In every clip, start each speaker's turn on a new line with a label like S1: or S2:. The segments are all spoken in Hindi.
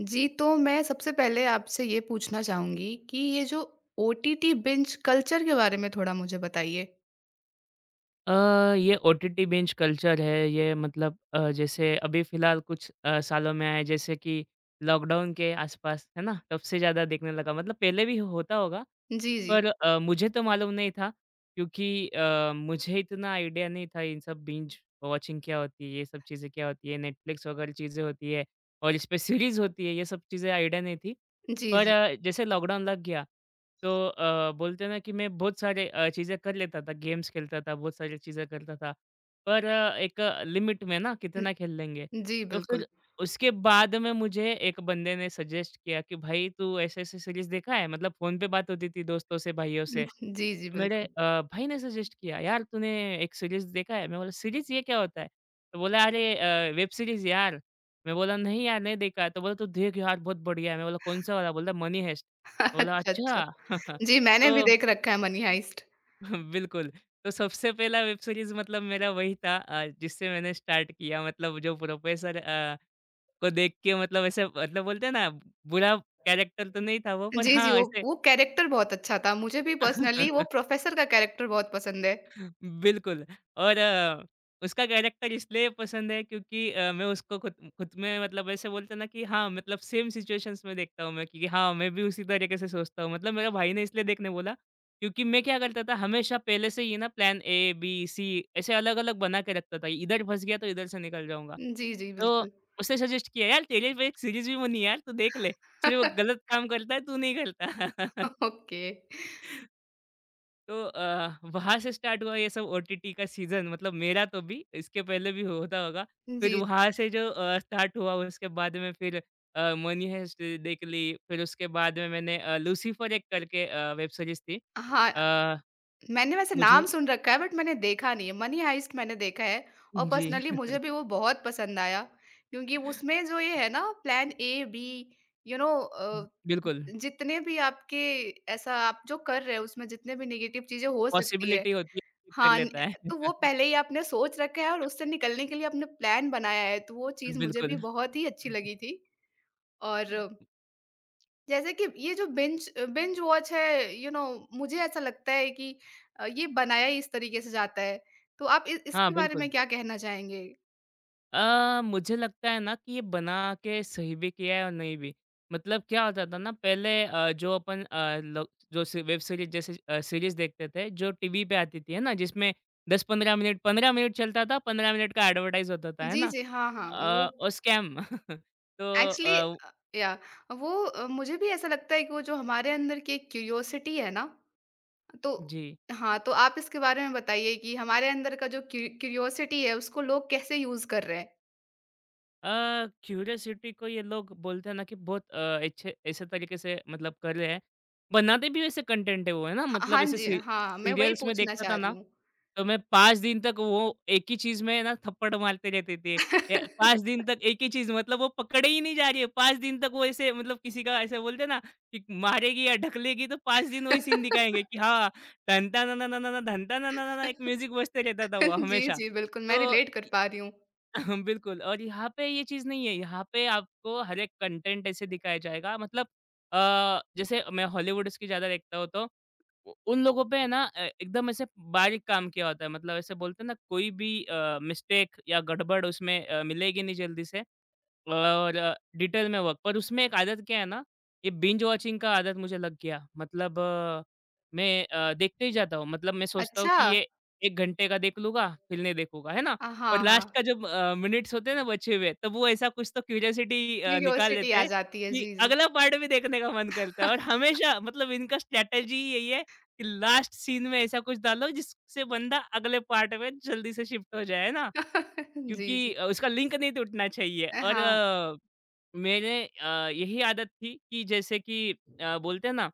S1: जी, तो मैं सबसे पहले आपसे ये पूछना चाहूँगी कि ये जो ओटीटी बिंज कल्चर के बारे में थोड़ा मुझे बताइए?
S2: अ, ये ओटीटी बिंज कल्चर है, ये मतलब जैसे अभी फ़िलहाल कुछ सालों में आया है, जैसे कि लॉकडाउन के आसपास, है ना? तब से ज़्यादा देखने लगा, मतलब पहले भी होता होगा,
S1: जी, जी।
S2: पर मुझे तो मालूम नहीं था क्योंकि मुझे इतना आइडिया नहीं था इन सब बिंज वॉचिंग क्या होती है, ये सब चीज़ें क्या होती है, नेटफ्लिक्स वगैरह चीज़ें होती है और इस पे सीरीज़ होती है, ये सब चीज़ें आइडिया नहीं थी।
S1: जी,
S2: पर
S1: जी।
S2: जैसे लॉकडाउन लग गया तो बोलते हैं ना कि मैं बहुत सारे चीज़ें कर लेता था, गेम्स खेलता था, बहुत सारी चीज़ें करता था। पर एक लिमिट में ना
S1: उ,
S2: कितना खेल लेंगे।
S1: जी,
S2: तो
S1: बिल्कुल।
S2: फिर उसके बाद में मुझे एक बंदे ने सजेस्ट किया कि भाई तू ऐसे-ऐसे सीरीज़ देखा है? मतलब फ़ोन पे बात होती थी दोस्तों से, भाइयों
S1: न-
S2: से।
S1: जी, जी,
S2: मेरे
S1: बिल्कुल।
S2: भाई ने सजेस्ट किया, "यार तूने एक सीरीज़ देखा है?" मैं बोला, "सीरीज़ ये क्या होता है?" तो बोला, "अरे वेब सीरीज़ यार।" मैं बोला, "नहीं यार, नहीं देखा है।" तो बोला, "तू देख यार बहुत बढ़िया है।" मैं बोला, "कौन सा वाला?" बोला, "मनी हेस्ट।" मैं बोला,
S1: अच्छा, अच्छा।
S2: "अच्छा।"
S1: जी, मैंने भी
S2: तो
S1: देख रखा है मनी हाइस्ट।
S2: बिल्कुल, तो सबसे पहला वेब सीरीज़ मतलब मेरा वही था जिससे मैंने स्टार्ट किया मतलब जो प्रोफेसर को देख के मतलब ऐसे मतलब बोलते हैं ना बुरा कैरेक्टर तो नहीं था वो पर
S1: जी, जी,
S2: हाँ,
S1: वो
S2: ऐसे।
S1: वो कैरेक्टर बहुत अच्छा था। मुझे भी पर्सनली वो प्रोफ़ेसर का कैरेक्टर बहुत पसंद है।
S2: बिल्कुल। और उसका कैरेक्टर इसलिए पसंद है क्योंकि मैं उसको खुद खुद में मतलब ऐसे बोलते हैं ना कि हाँ मतलब सेम सिचुएशंस में देखता हूँ मैं कि हाँ मैं भी उसी तरीके से सोचता हूँ मतलब मेरा भाई ने इसलिए देखने बोला क्योंकि मैं क्या करता था हमेशा पहले से ही ना प्लान ए बी सी ऐसे अलग अलग बना के रखता था इधर फंस गया तो इधर से निकल जाऊंगा।
S1: जी, जी,
S2: तो
S1: बिल्कुल।
S2: उसने सजेस्ट किया यार तेरे पे एक सीरीज भी बनी है यार तू देख ले, सिर्फ वो गलत काम करता है तू नहीं करता।
S1: ओके।
S2: तो वहाँ से स्टार्ट हुआ ये सब ओटीटी का सीज़न मतलब मेरा तो भी, इसके पहले भी होता होगा। फिर
S1: जी।
S2: वहाँ से जो स्टार्ट हुआ उसके बाद में फिर मनी हाइस्ट देख ली, फिर उसके बाद में मैंने लूसिफर एक करके वेब सीरीज़ थी।
S1: हाँ,
S2: अ,
S1: मैंने वैसे
S2: मुझे
S1: नाम सुन रखा है बट मैंने देखा नहीं है। मनी हाइस्ट मैंने देखा है और
S2: जी।
S1: पर्सनली मुझे भी वो बहुत पसंद आया क्योंकि उसमें जो ये है ना plan A B, you know,
S2: बिल्कुल,
S1: जितने भी आपके ऐसा आप जो कर रहे हो उसमें जितने भी नेगेटिव चीजें हो सकती है।
S2: पॉसिबिलिटी होती है, कर
S1: हाँ,
S2: लेता है।
S1: तो वो पहले ही आपने सोच रखा है और उससे निकलने के लिए आपने प्लान बनाया है तो वो चीज मुझे भी
S2: बिल्कुल।
S1: बहुत ही अच्छी लगी थी। और जैसे कि ये जो बिंज बिंज वॉच है, यू नो, मुझे ऐसा लगता है कि ये बनाया ही इस तरीके से जाता है। तो आप इ
S2: हाँ,
S1: इसके बारे
S2: बिल्कुल।
S1: में क्या कहना चाहेंगे?
S2: मुझे लगता है ना कि ये बना के सही भी किया है और नहीं भी। मतलब क्या होता था ना पहले जो अपन लो जो सी वेब सीरीज़ जैसे सीरीज़ देखते थे जो टीवी पे आती थी, है ना? जिसमें 10-15 मिनट 15 मिनट चलता था, 15 मिनट का एडवर्टाइज़ होता था, है
S1: जी,
S2: ना?
S1: जी। हाँ, हाँ। वो
S2: और स्कैम। तो
S1: एक्चुअली
S2: अ,
S1: अ, या मुझे भी ऐसा लगता है कि वो जो हमारे अंदर की एक क्यूरियोसिटी है ना, तो
S2: जी।
S1: हाँ, तो आप इसके बारे में बताइए कि हमारे अंदर का जो क्यूरियोसिटी है उसको लोग कैसे यूज़ कर रहे हैं?
S2: क्यूरियोसिटी को ये लोग बोलते हैं ना कि बहुत अच्छे ऐसे तरीके से मतलब कर रहे हैं। बनाते भी वैसे कंटेंट है वो, है ना?
S1: ह
S2: मतलब
S1: हाँ
S2: ऐसे
S1: जी,
S2: सी
S1: हाँ, मैं वही
S2: सीरियल्स में
S1: पूछना
S2: देखता था
S1: चाह रही
S2: ना,
S1: हूँ।
S2: तो मैं 5 दिन तक वो एक ही चीज़ में ना थप्पड़ मारते रहते थे। ए 5 दिन तक एक ही चीज़ मतलब वो पकड़े ही नहीं जा रही है। 5 दिन तक वो ऐसे मतलब किसी का ऐसे बोलते हैं ना कि मारेगी या ढकलेगी तो 5 दिन वही सीन दिखाएँगे कि हाँ, धन ता ना ना ना ना ना धन ता ना ना ना ना एक म्यूज़िक बजते रहता था वो
S1: जी,
S2: हमेशा।
S1: जी, बिल्कुल मैं
S2: तो
S1: रिलेट कर पा रही हूँ।
S2: बिल्कुल और यहाँ पे ये चीज़ नहीं है, यहाँ पे आपको हर एक कंटेंट ऐसे दिखाया जाएगा मतलब जैसे मैं हॉलीवुड्स की ज़्यादा देखता हूँ तो उ उन लोगों पे है ना एकदम ऐसे बारीक काम किया होता है। मतलब ऐसे बोलते हैं ना कोई भी मिस्टेक या गड़बड़ उसमें मिलेगी नहीं जल्दी से। और डिटेल में वर्क पर उसमें एक आदत क्या है ना, ये बिंज वॉचिंग का आदत मुझे लग गया। मतलब मैं देखते ही जाता हूँ। मतलब मैं सोचता हूँ कि
S1: अच्छा!
S2: ये 1 घंटे का देख लूँगा, फिर नहीं देखूँगा, है ना? और
S1: हाँ,
S2: लास्ट
S1: हाँ,
S2: का जब मिनट्स होते हैं ना बचे हुए, तब वो ऐसा कुछ तो क्यूरियोसिटी निकाल
S1: क्यूरियोसिटी
S2: लेते
S1: आ
S2: हैं
S1: जाती है,
S2: कि
S1: जी, जी।
S2: अगला पार्ट भी देखने का मन करता है और हमेशा मतलब इनका स्ट्रैटेजी ही यही है कि लास्ट सीन में ऐसा कुछ डालो जिससे बंदा अगले पार्ट में जल्दी से शिफ्ट हो जाए, है ना?
S1: जी,
S2: क्योंकि
S1: जी।
S2: उसका लिंक नहीं टूटना चाहिए और
S1: हाँ,
S2: अ, मेरे यही आदत थी कि जैसे कि बोलते हैं ना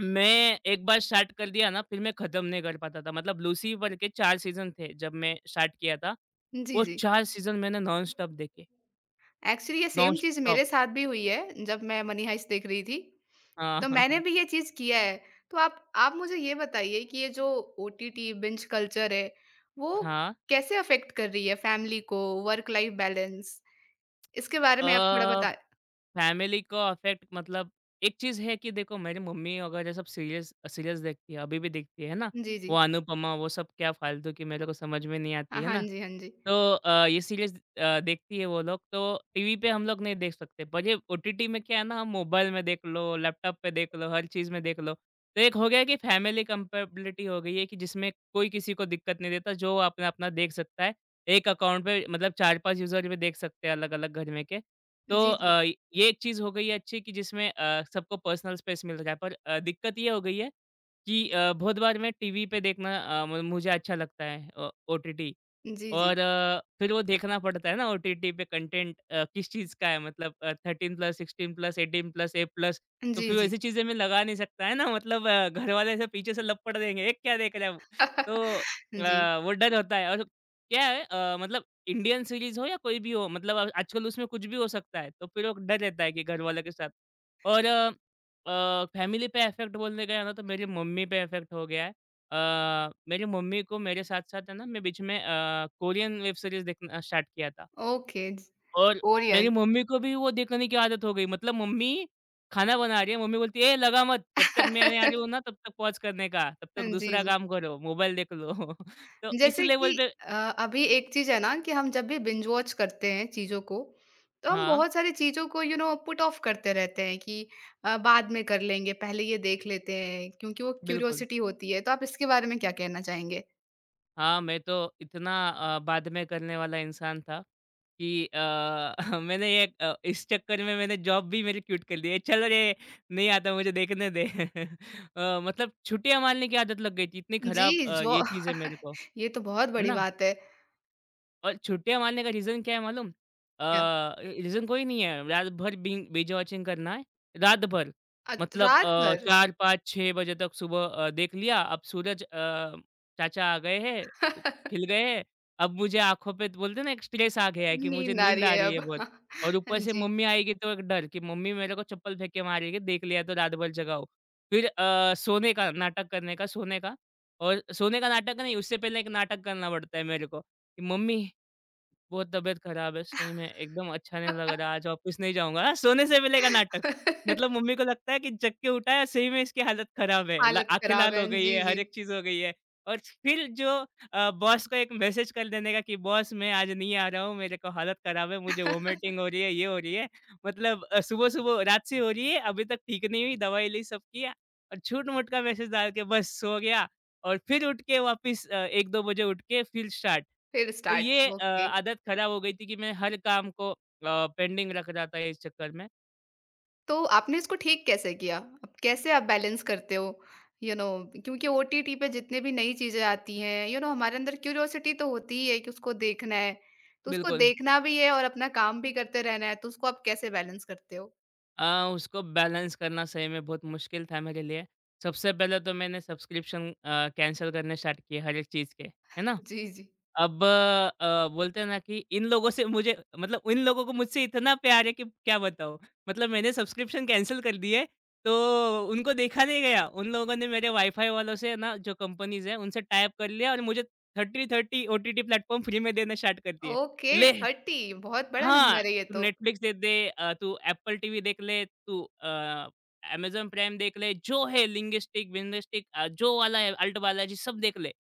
S2: मैं एक बार स्टार्ट कर दिया ना फिर मैं खत्म नहीं कर पाता था मतलब लूसीफर के 4 सीजन थे जब मैं स्टार्ट किया था। वो
S1: जी, जी।
S2: 4 सीजन मैंने नॉन स्टॉप देखे,
S1: एक्चुअली ये
S2: नॉन
S1: सेम चीज़
S2: स्टॉप।
S1: मेरे साथ भी हुई है, जब मैं मनी हाइस्ट देख रही थी,
S2: हाँ,
S1: तो
S2: हाँ,
S1: मैंने
S2: हाँ।
S1: भी ये चीज़ किया है। तो आप मुझे ये बताइए कि ये जो ओटीटी बिंज कल्चर है, वो कैसे अफ़ेक्ट कर रही है फैमिली को, वर्क लाइफ बैलेंस? इसके बारे में आप थोड़ा
S2: हाँ,
S1: बता।
S2: फैमिली को अफेक्ट मतलब एक चीज है कि देखो मेरी मम्मी अगर ये सब सीरियस सीरियस देखती है अभी भी देखती है ना
S1: जी,
S2: वो
S1: जी।
S2: अनुपमा वो सब क्या फालतू की मेरे को समझ में नहीं आती है
S1: हाँ
S2: ना
S1: जी, हाँ जी।
S2: तो ये सीरीज देखती है वो लोग तो टीवी पे हम लोग नहीं देख सकते पर ये ओटीटी में क्या है ना हम मोबाइल में देख लो लैपटॉप पे देख लो हर चीज में देख लो। तो एक हो गया कि फैमिली कंपेबिलिटी हो गई है कि जिसमें कोई किसी को दिक्कत नहीं देता जो अपना अपना देख सकता है, एक अकाउंट पे मतलब चार पांच यूजर भी देख सकते हैं अलग अलग घर में के। तो
S1: जी, जी।
S2: ये एक चीज़ हो गई है अच्छी कि जिसमें सबको पर्सनल स्पेस मिल रहा है। पर दिक्कत ये हो गई है कि बहुत बार मैं टीवी पे देखना म मुझे अच्छा लगता है ओटीटी।
S1: जी, जी।
S2: और फिर वो देखना पड़ता है ना ओटीटी पे कंटेंट किस चीज़ का है मतलब 13 plus, 16 plus, 18 plus, A plus. तो
S1: जी,
S2: फिर
S1: जी।
S2: वैसी चीज़ें मैं लगा नहीं सकता है ना मतलब घरवाले ऐसे पीछे से लपड़ देंगे, "ये क्या देख रहा है वो?" तो
S1: जी।
S2: वो डर होता है और क्या है मतलब इंडियन सीरीज़ हो या कोई भी हो मतलब आजकल उसमें कुछ भी हो सकता है, तो फिर वो डर रहता है कि घरवालों के साथ। और फैमिली पे इफ़ेक्ट बोलने गया ना तो मेरी मम्मी पे इफ़ेक्ट हो गया है। अ, मेरी मम्मी को मेरे साथ-साथ है ना, मैं बीच में कोरियन वेब सीरीज़ देखना स्टार्ट किया था
S1: ओके, ज
S2: और मेरी
S1: कोरियन।
S2: मम्मी को भी वो देखने की आदत हो गई। मतलब मम्मी खाना बना रही है, मम्मी बोलती है, "ए लगा मत, जब तक मैं आने आ रही हूँ ना, तब तक पॉज़ करने का, तब तक
S1: हाँ, जी,
S2: दूसरा
S1: जी।
S2: काम करो, मोबाइल देख लो।" तो इस
S1: जैसे
S2: लेवल
S1: कि
S2: पे।
S1: अ, अभी एक चीज़ है ना कि हम जब भी बिंज वॉच करते हैं चीज़ों को, तो हम
S2: हाँ,
S1: बहुत सारी चीज़ों को, यू नो, पुट ऑफ करते रहते हैं कि बाद में कर लेंगे, पहले ये देख लेते हैं क्योंकि वो
S2: बिल्कुल।
S1: क्यूरियोसिटी होती है। तो आप इसके बारे में क्या कहना चाहेंगे?
S2: हाँ, मैं तो इतना बाद में करने वाला इंसान था। कि मैंने ये इस चक्कर में मैंने जॉब भी मेरी क्विट कर दी है। चलो रे, नहीं आता मुझे देखने दे। मतलब छुट्टियाँ मारने की आदत लग गई थी। इतनी खराब
S1: जी, जो।
S2: ये चीज़ है मेरे को,
S1: ये तो बहुत
S2: है
S1: बड़ी
S2: ना?
S1: बात है।
S2: और छुट्टियाँ मारने का रीज़न क्या है मालूम?
S1: क्या?
S2: रीज़न कोई नहीं है, रात भर बिंग बिंज वॉचिंग करना है, रात भर।
S1: अत
S2: मतलब
S1: रात भर?
S2: 4-5-6 बजे तक सुबह देख लिया, अब सूरज चाचा आ गए हैं, उ खिल गए हैं, अब मुझे आँखों पे बोलते हैं ना एक स्ट्रेस आ गया है कि मुझे
S1: नींद आ
S2: नींद
S1: रही
S2: आ
S1: है
S2: रही है
S1: अब।
S2: बहुत। और
S1: हाँ
S2: ऊपर से
S1: जी।
S2: मम्मी आएगी तो एक डर कि मम्मी मेरे को चप्पल फेंक के मारेगी, देख लिया तो रात भर जगाओ। फिर सोने का नाटक करने का, सोने का। और सोने का नाटक नहीं, उससे पहले एक नाटक करना पड़ता है मेरे को कि मम्मी बहुत तबीयत खराब है, सही में एकदम अच्छा नहीं लग रहा, आज ऑफिस नहीं जाऊँगा। हाँ, सोने से मिलेगा नाटक। मतलब मम्मी को लगता है कि जग के उठा है, सही में इसकी हालत खराब है, ल
S1: हालत
S2: आँखें
S1: खराब
S2: लाल
S1: है।
S2: हो गई
S1: जी,
S2: है, हर
S1: जी।
S2: एक चीज़ हो गई है। और फिर जो बॉस को एक मैसेज कर देने का कि बॉस मैं आज नहीं आ रहा हूँ, मेरे को हालत खराब है, मुझे वॉमिटिंग हो रही है, ये हो रही है। मतलब सुबह-सुबह रात से हो रही है, अभी तक ठीक नहीं हुई, दवाई ली, सब किया और झूठ-मूठ का मैसेज डाल के बस सो गया। और फिर उठ के वापस 1-2 बजे उठ के फिर स्टार्ट।
S1: फिर
S2: तो
S1: स्टार्ट,
S2: ये
S1: ओके।
S2: आदत खराब हो गई थी कि मैं हर काम को पेंडिंग रख रहा था इस चक्कर में।
S1: तो आपने इसको ठीक कैसे किया? अब कैसे आप बैलेंस करते हो? यू नो, क्योंकि ओटीटी पे जितने भी नई चीज़ें आती हैं, यू नो, हमारे अंदर क्यूरियोसिटी तो होती ही है कि उसको देखना है। तो उसको
S2: बिल्कुल।
S1: देखना भी है और अपना काम भी करते रहना है, तो उसको आप कैसे बैलेंस करते हो?
S2: अ, उसको बैलेंस करना सही में बहुत मुश्किल था मेरे लिए। सबसे पहले तो मैंने सब्सक्रिप्शन कैंसल करने स्टार्ट किए हर एक चीज़ के, है ना?
S1: जी, जी।
S2: अब बोलते हैं ना कि इन लोगों से मुझे मतलब इन लोगों को मुझसे इतना प्यार है कि क्या बताऊँ? मतलब मैंने सब्सक्रिप्शन कैंसल कर दिए, तो उनको देखा नहीं गया। उन लोगों ने मेरे वाई-फाई वालों से ना जो कंपनीज़ हैं, उनसे टाई अप कर लिया और मुझे 30-30 ओटीटी प्लेटफ़ॉर्म फ्री में देना स्टार्ट कर दिए।
S1: ओके,
S2: ले!
S1: 30 बहुत बड़ा
S2: हां।
S1: नंबर है ये
S2: तू
S1: तो।
S2: Netflix देख दे, तू Apple TV देख ले, तू Amazon प्राइम देख ले, जो है लिंग्विस्टिक, विंग्विस्टिक जो वाला है, अल्ट बालाजी सब देख ले।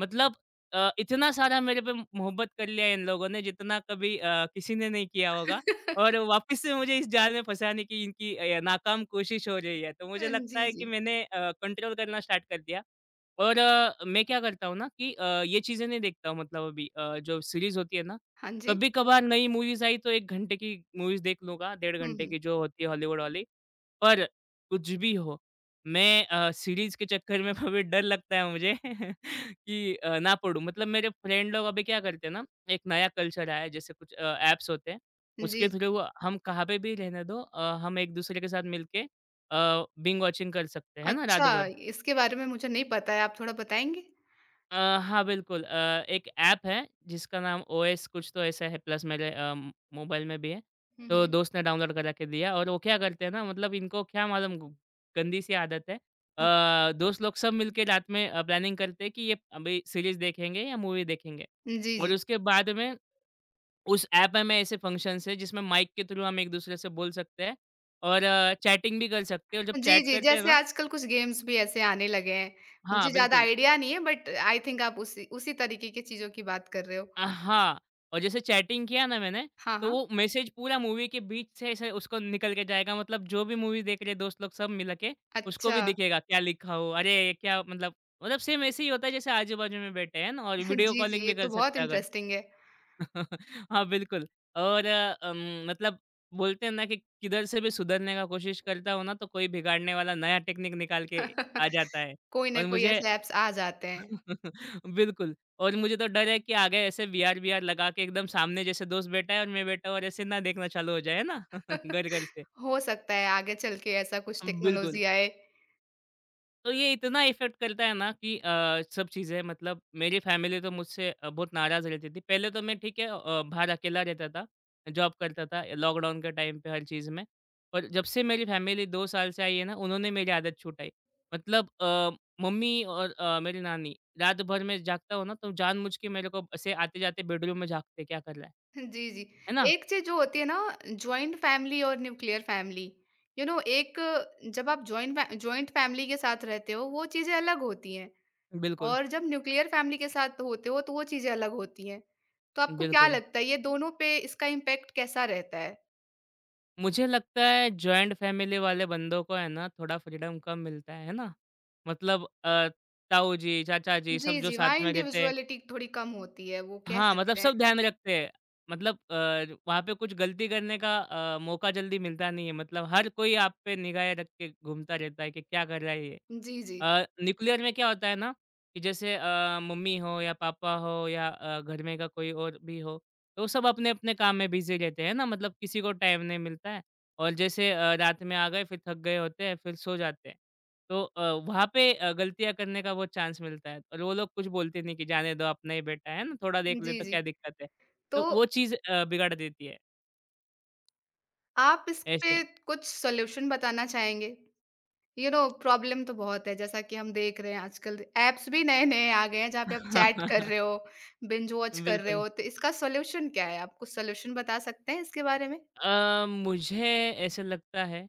S2: मतलब इतना सारा मेरे पे मोहब्बत कर लिया है इन लोगों ने जितना कभी किसी ने नहीं किया होगा और वापस से मुझे इस जाल में फँसाने की इनकी नाकाम कोशिश हो रही है। तो मुझे लगता
S1: जी,
S2: है कि
S1: जी।
S2: मैंने कंट्रोल करना स्टार्ट कर दिया। और मैं क्या करता हूँ ना कि ये चीज़ें नहीं देखता हूँ। मतलब अभी जो सीरीज़ होती है ना,
S1: हाँ जी।
S2: कभी कभार नई मूवीज़ आई तो 1 घंटे की मूवीज़ देख लूँगा, डेढ़
S1: हुँ,
S2: घंटे
S1: हुँ।
S2: की जो होती है हॉलीवुड वाली। पर कुछ भी हो, मैं सीरीज़ के चक्कर में कभी डर लगता है मुझे कि ना पडूँ। मतलब मेरे फ्रेंड लोग अभी क्या करते हैं ना, एक नया कल्चर आया है जैसे कुछ ऐप्स होते हैं,
S1: जी।
S2: उसके
S1: जी।
S2: थ्रू हम कहाँ पे भी रहने दो, हम एक-दूसरे के साथ मिलके बिंज वॉचिंग कर सकते हैं, है ना, रात
S1: अच्छा,
S2: भर।
S1: इसके बारे में मुझे नहीं पता है, आप थोड़ा बताएँगे?
S2: अ, हाँ, बिल्कुल एक ऐप है जिसका नाम ओएस कुछ तो ऐसा है प्लस मेरे मोबाइल में भी है।
S1: हुँ,
S2: तो
S1: हुँ।
S2: दोस्त ने डाउनलोड करा के दिया और वो क्या करते हैं ना। मतलब इनको क्या मालूम, ग गंदी-सी आदत है।
S1: अ,
S2: दोस्त लोग सब मिलके रात में प्लानिंग करते हैं कि ये अभी सीरीज़ देखेंगे या मूवी देखेंगे।
S1: जी,
S2: और
S1: जी।
S2: उसके बाद में उस ऐप में ऐसे फ़ंक्शंस हैं जिसमें माइक के थ्रू हम एक-दूसरे से बोल सकते हैं और चैटिंग भी कर सकते हैं, और जब
S1: जी,
S2: चैट
S1: जी।
S2: करते हैं
S1: जैसे
S2: ना।
S1: आजकल कुछ गेम्स भी ऐसे आने लगे हैं।
S2: हाँ,
S1: मुझे ज़्यादा
S2: बिल्कुल।
S1: आइडिया नहीं है बट आई थिंक आप उसी उसी तरीके की चीज़ों की बात कर रहे हो।
S2: हाँ, और जैसे चैटिंग किया ना मैंने,
S1: हाँ,
S2: तो
S1: हाँ।
S2: वो मैसेज पूरा मूवी के बीच से ऐसे उसको निकल के जाएगा। मतलब जो भी मूवी देख रहे दोस्त लोग सब मिल के, उसको
S1: अच्छा।
S2: भी दिखेगा क्या लिखा हो, अरे ये क्या मतलब, मतलब सेम ऐसे ही होता है जैसे आजू-बाजू में बैठे हैं ना, और वीडियो
S1: जी, जी।
S2: कॉलिंग
S1: ये
S2: भी कर
S1: तो बहुत
S2: सकते हैं अगर।
S1: इंटरेस्टिंग है।
S2: हाँ, बिल्कुल। और मतलब बोलते हैं ना कि किधर से भी सुधरने का कोशिश करता हो ना, तो कोई बिगाड़ने वाला नया टेक्नीक निकाल के आ जाता है।
S1: कोई ना
S2: और
S1: कोई
S2: मुझे
S1: ऐसे ऐप्स आ जाते हैं।
S2: बिल्कुल, और मुझे तो डर है कि आगे ऐसे वीआर-वीआर लगा के एकदम सामने जैसे दोस्त बैठा है और मैं बैठा हूँ और ऐसे ना देखना चालू हो जाए, है ना? घर-घर से।
S1: हो सकता है आगे चल के ऐसा कुछ
S2: बिल्कुल।
S1: टेक्नोलॉज़ी आए।
S2: तो ये इतना इफ़ेक्ट करता है ना कि सब चीज़ें, मतलब मेरी फैमिली तो मुझसे बहुत नाराज़ रहती थी। पहले तो मैं ठीक है बाहर अकेला रहता था, जॉब करता था लॉकडाउन के टाइम पे हर चीज़ में। पर जब से मेरी फैमिली 2 साल से आई है ना, उन्होंने मेरी आदत छुटाई। मतलब मम्मी और मेरी नानी, रात भर मैं जागता हूँ ना, तो जानबूझ के मेरे को ऐसे आते-जाते बेडरूम में झाँकते क्या कर रहा
S1: जी, जी।
S2: है ना?
S1: एक चीज़ जो होती है ना, जॉइंट फैमिली और न्यूक्लियर फैमिली, यू नो, एक जब आप जॉइंट फैमिली के साथ रहते हो, वो चीज़ें अलग होती हैं।
S2: बिल्कुल,
S1: और जब न्यूक्लियर फैमिली के साथ होते हो, तो वो चीज़ें अलग होती हैं। तो आपको क्या
S2: बिल्कुल।
S1: लगता है ये दोनों पे इसका इम्पैक्ट कैसा रहता है?
S2: मुझे लगता है जॉइंट फैमिली वाले बंदों को है ना थोड़ा फ्रीडम कम मिलता है ना? मतलब ताऊ जी, चाचा जी सब
S1: जी,
S2: जो
S1: जी, वहाँ
S2: साथ में रहते हैं।
S1: इंडिविजुअलिटी थोड़ी कम होती है, वो कह
S2: हाँ, मतलब
S1: सकते हैं।
S2: सब ध्यान रखते हैं। मतलब वहाँ पे कुछ गलती करने का मौका जल्दी मिलता नहीं है। मतलब हर कोई आप पे निगाहें रख के घूमता रहता है कि क्या कर रहा है ये?
S1: जी, जी।
S2: न्यूक्लियर में क्या होता है ना कि जैसे मम्मी हो या पापा हो या घर में का कोई और भी हो, तो सब अपने अपने काम में बिजी रहते हैं ना। मतलब किसी को टाइम नहीं मिलता है, और जैसे रात में आ गए फिर थक गए होते हैं, फिर सो जाते हैं, तो वहाँ पे गलतियाँ करने का बहुत चांस मिलता है, और वो लोग कुछ बोलते नहीं कि जाने दो अपना ही बेटा है ना थोड़ा देख ले,
S1: जी,
S2: तो
S1: जी।
S2: क्या दिक्कत है।
S1: तो
S2: तो वो चीज़ बिगाड़ देती है
S1: आप इस
S2: ऐसे।
S1: पे कुछ सॉल्यूशन बताना चाहेंगे? यू नो, प्रॉब्लम तो बहुत है, जैसा कि हम देख रहे हैं आजकल ऐप्स भी नए-नए आ गए हैं, जहाँ पे आप चैट कर रहे हो, बिंज वॉच कर रहे
S2: बिल्कुल,
S1: हो, तो इसका सॉल्यूशन क्या है? आप कुछ सॉल्यूशन बता सकते हैं इसके बारे में?
S2: मुझे ऐसा लगता है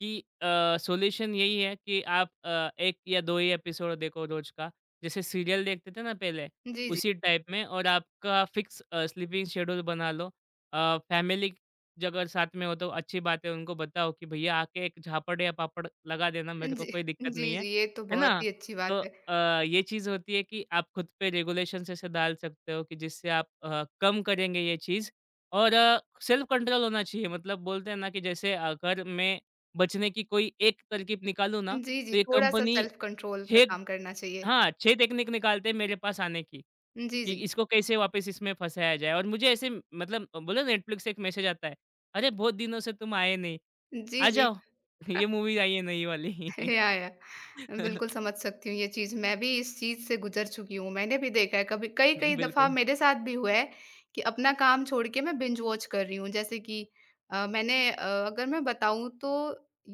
S2: कि सॉल्यूशन यही है कि आप 1 या 2 ही एपिसोड देखो रोज का। जैसे सीरियल देखते थे ना पहले,
S1: जी, जी।
S2: उसी टाइप में, और आपका फिक्स स्लीपिंग शेड्यूल बना लो। फैमिली ज अगर साथ में हो तो अच्छी बात है, उनको बताओ कि भैया आके एक झापड़ या पापड़ लगा देना, मेरे को
S1: जी,
S2: कोई दिक्कत नहीं
S1: जी,
S2: है।
S1: जी, ये तो
S2: है
S1: बहुत
S2: ना?
S1: ही अच्छी
S2: तो
S1: बात है।
S2: ये चीज़ होती है कि आप खुद पे रेगुलेशंस ऐसे डाल सकते हो कि जिससे आप कम करेंगे ये चीज़। और सेल्फ कंट्रोल होना चाहिए। मतलब बोलते हैं ना कि जैसे अगर मैं बचने की कोई एक तरकीब निकालूँ ना,
S1: जी,
S2: तो
S1: जी,
S2: ये
S1: थोड़ा-सा
S2: कंपनी
S1: सेल्फ कंट्रोल पे
S2: 6,
S1: काम करना चाहिए।
S2: हाँ, 6 टेक्निक निकालते हैं मेरे पास आने की,
S1: जी,
S2: कि
S1: जी।
S2: इसको कैसे वापस इसमें फँसाया जाए और मुझे ऐसे मतलब बोले नेटफ्लिक्स से एक मैसेज आता है, "अरे! बहुत दिनों से तुम आए नहीं,
S1: जी,
S2: आ
S1: जी।
S2: जाओ, ये मूवी आई है नई वाली।"
S1: या, या। बिल्कुल समझ सकती हूँ ये चीज़, मैं भी इस चीज़ से गुज़र चुकी हूँ। मैंने भी देखा है, कभी कई-कई दफ़ा
S2: बिल्कुल,
S1: मेरे साथ भी हुआ है कि अपना काम छोड़ के मैं बिंज वॉच कर रही हूँ। जैसे कि अ, मैंने अ, अगर मैं बताऊँ तो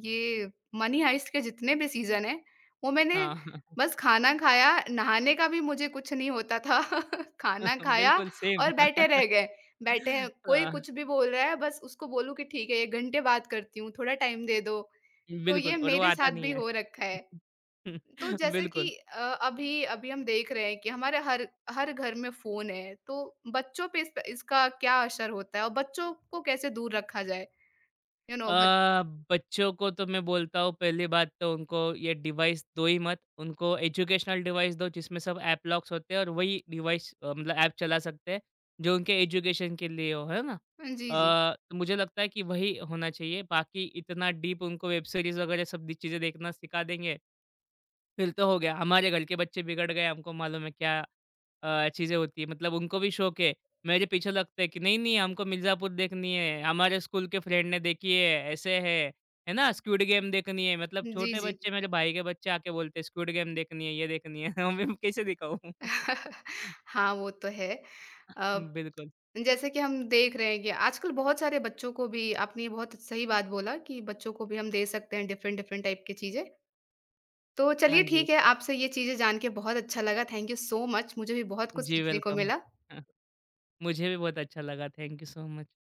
S1: ये मनी हाइस्ट के जितने भी सीज़न हैं, वो मैंने
S2: हाँ,
S1: बस खाना खाया, नहाने का भी मुझे कुछ नहीं होता था। खाना खाया
S2: बिल्कुल सेम।
S1: और बैठे रह गए। बैठे हैं, कोई
S2: हाँ,
S1: कुछ भी बोल रहा है बस उसको बोलूँ कि ठीक है 1 घंटे बात करती हूँ, थोड़ा टाइम दे दो। तो ये
S2: बिल्कुल। और वो
S1: मेरे
S2: आता
S1: साथ
S2: नहीं
S1: भी
S2: है।
S1: हो रखा है। तो जैसे कि
S2: बिल्कुल।
S1: अ, अभी अभी हम देख रहे हैं कि हमारे हर हर घर में फ़ोन है, तो बच्चों पे इसका इसका क्या असर होता है और बच्चों को कैसे दूर रखा जाए? यू
S2: अ,
S1: नो बच
S2: बच्चों को तो मैं बोलता हूँ पहली बात तो उनको ये डिवाइस दो ही मत, उनको एजुकेशनल डिवाइस दो जिसमें सब ऐप लॉक्स होते हैं और वही डिवाइस मतलब ऐप चला सकते हैं जो उनके एजुकेशन के लिए हो, है ना?
S1: हाँ, जी, जी।
S2: तो मुझे लगता है कि वही होना चाहिए, बाकी इतना डीप उनको वेब सीरीज़ वगैरह सब दी चीज़ें देखना सिखा देंगे फिर तो हो गया, हमारे घर के बच्चे बिगड़ गए, हमको मालूम है क्या चीज़ें होती हैं, मतलब उनको भी शौक है। मेरे पीछे लगते हैं कि नहीं-नहीं हमको मिर्ज़ापुर देखनी है, हमारे स्कूल के फ्रेंड ने देखी है, ऐसे है ना? स्क्विड गेम देखनी है, मतलब
S1: जी,
S2: छोटे
S1: जी।
S2: बच्चे मेरे भाई के बच्चे आके बोलते हैं स्क्विड गेम देखनी है, ये देखनी है, मैं कैसे दिखाऊँ?
S1: हाँ, वो तो है। अ,
S2: बिल्कुल,
S1: जैसे कि हम देख रहे हैं कि आजकल बहुत सारे बच्चों को भी आपने ये बहुत सही बात बोला कि बच्चों को भी हम दे सकते हैं डिफ़रेंट-डिफ़रेंट टाइप की चीज़ें। तो
S2: हाँ
S1: चलिए
S2: जी।
S1: ठीक है, आपसे ये चीज़ें जान के बहुत अच्छा लगा। थैंक यू सो मच, मुझे भी बहुत कुछ
S2: जी,
S1: सीखने को
S2: वेलकम।
S1: मिला।
S2: मुझे भी बहुत अच्छा लगा, थैंक यू सो मच।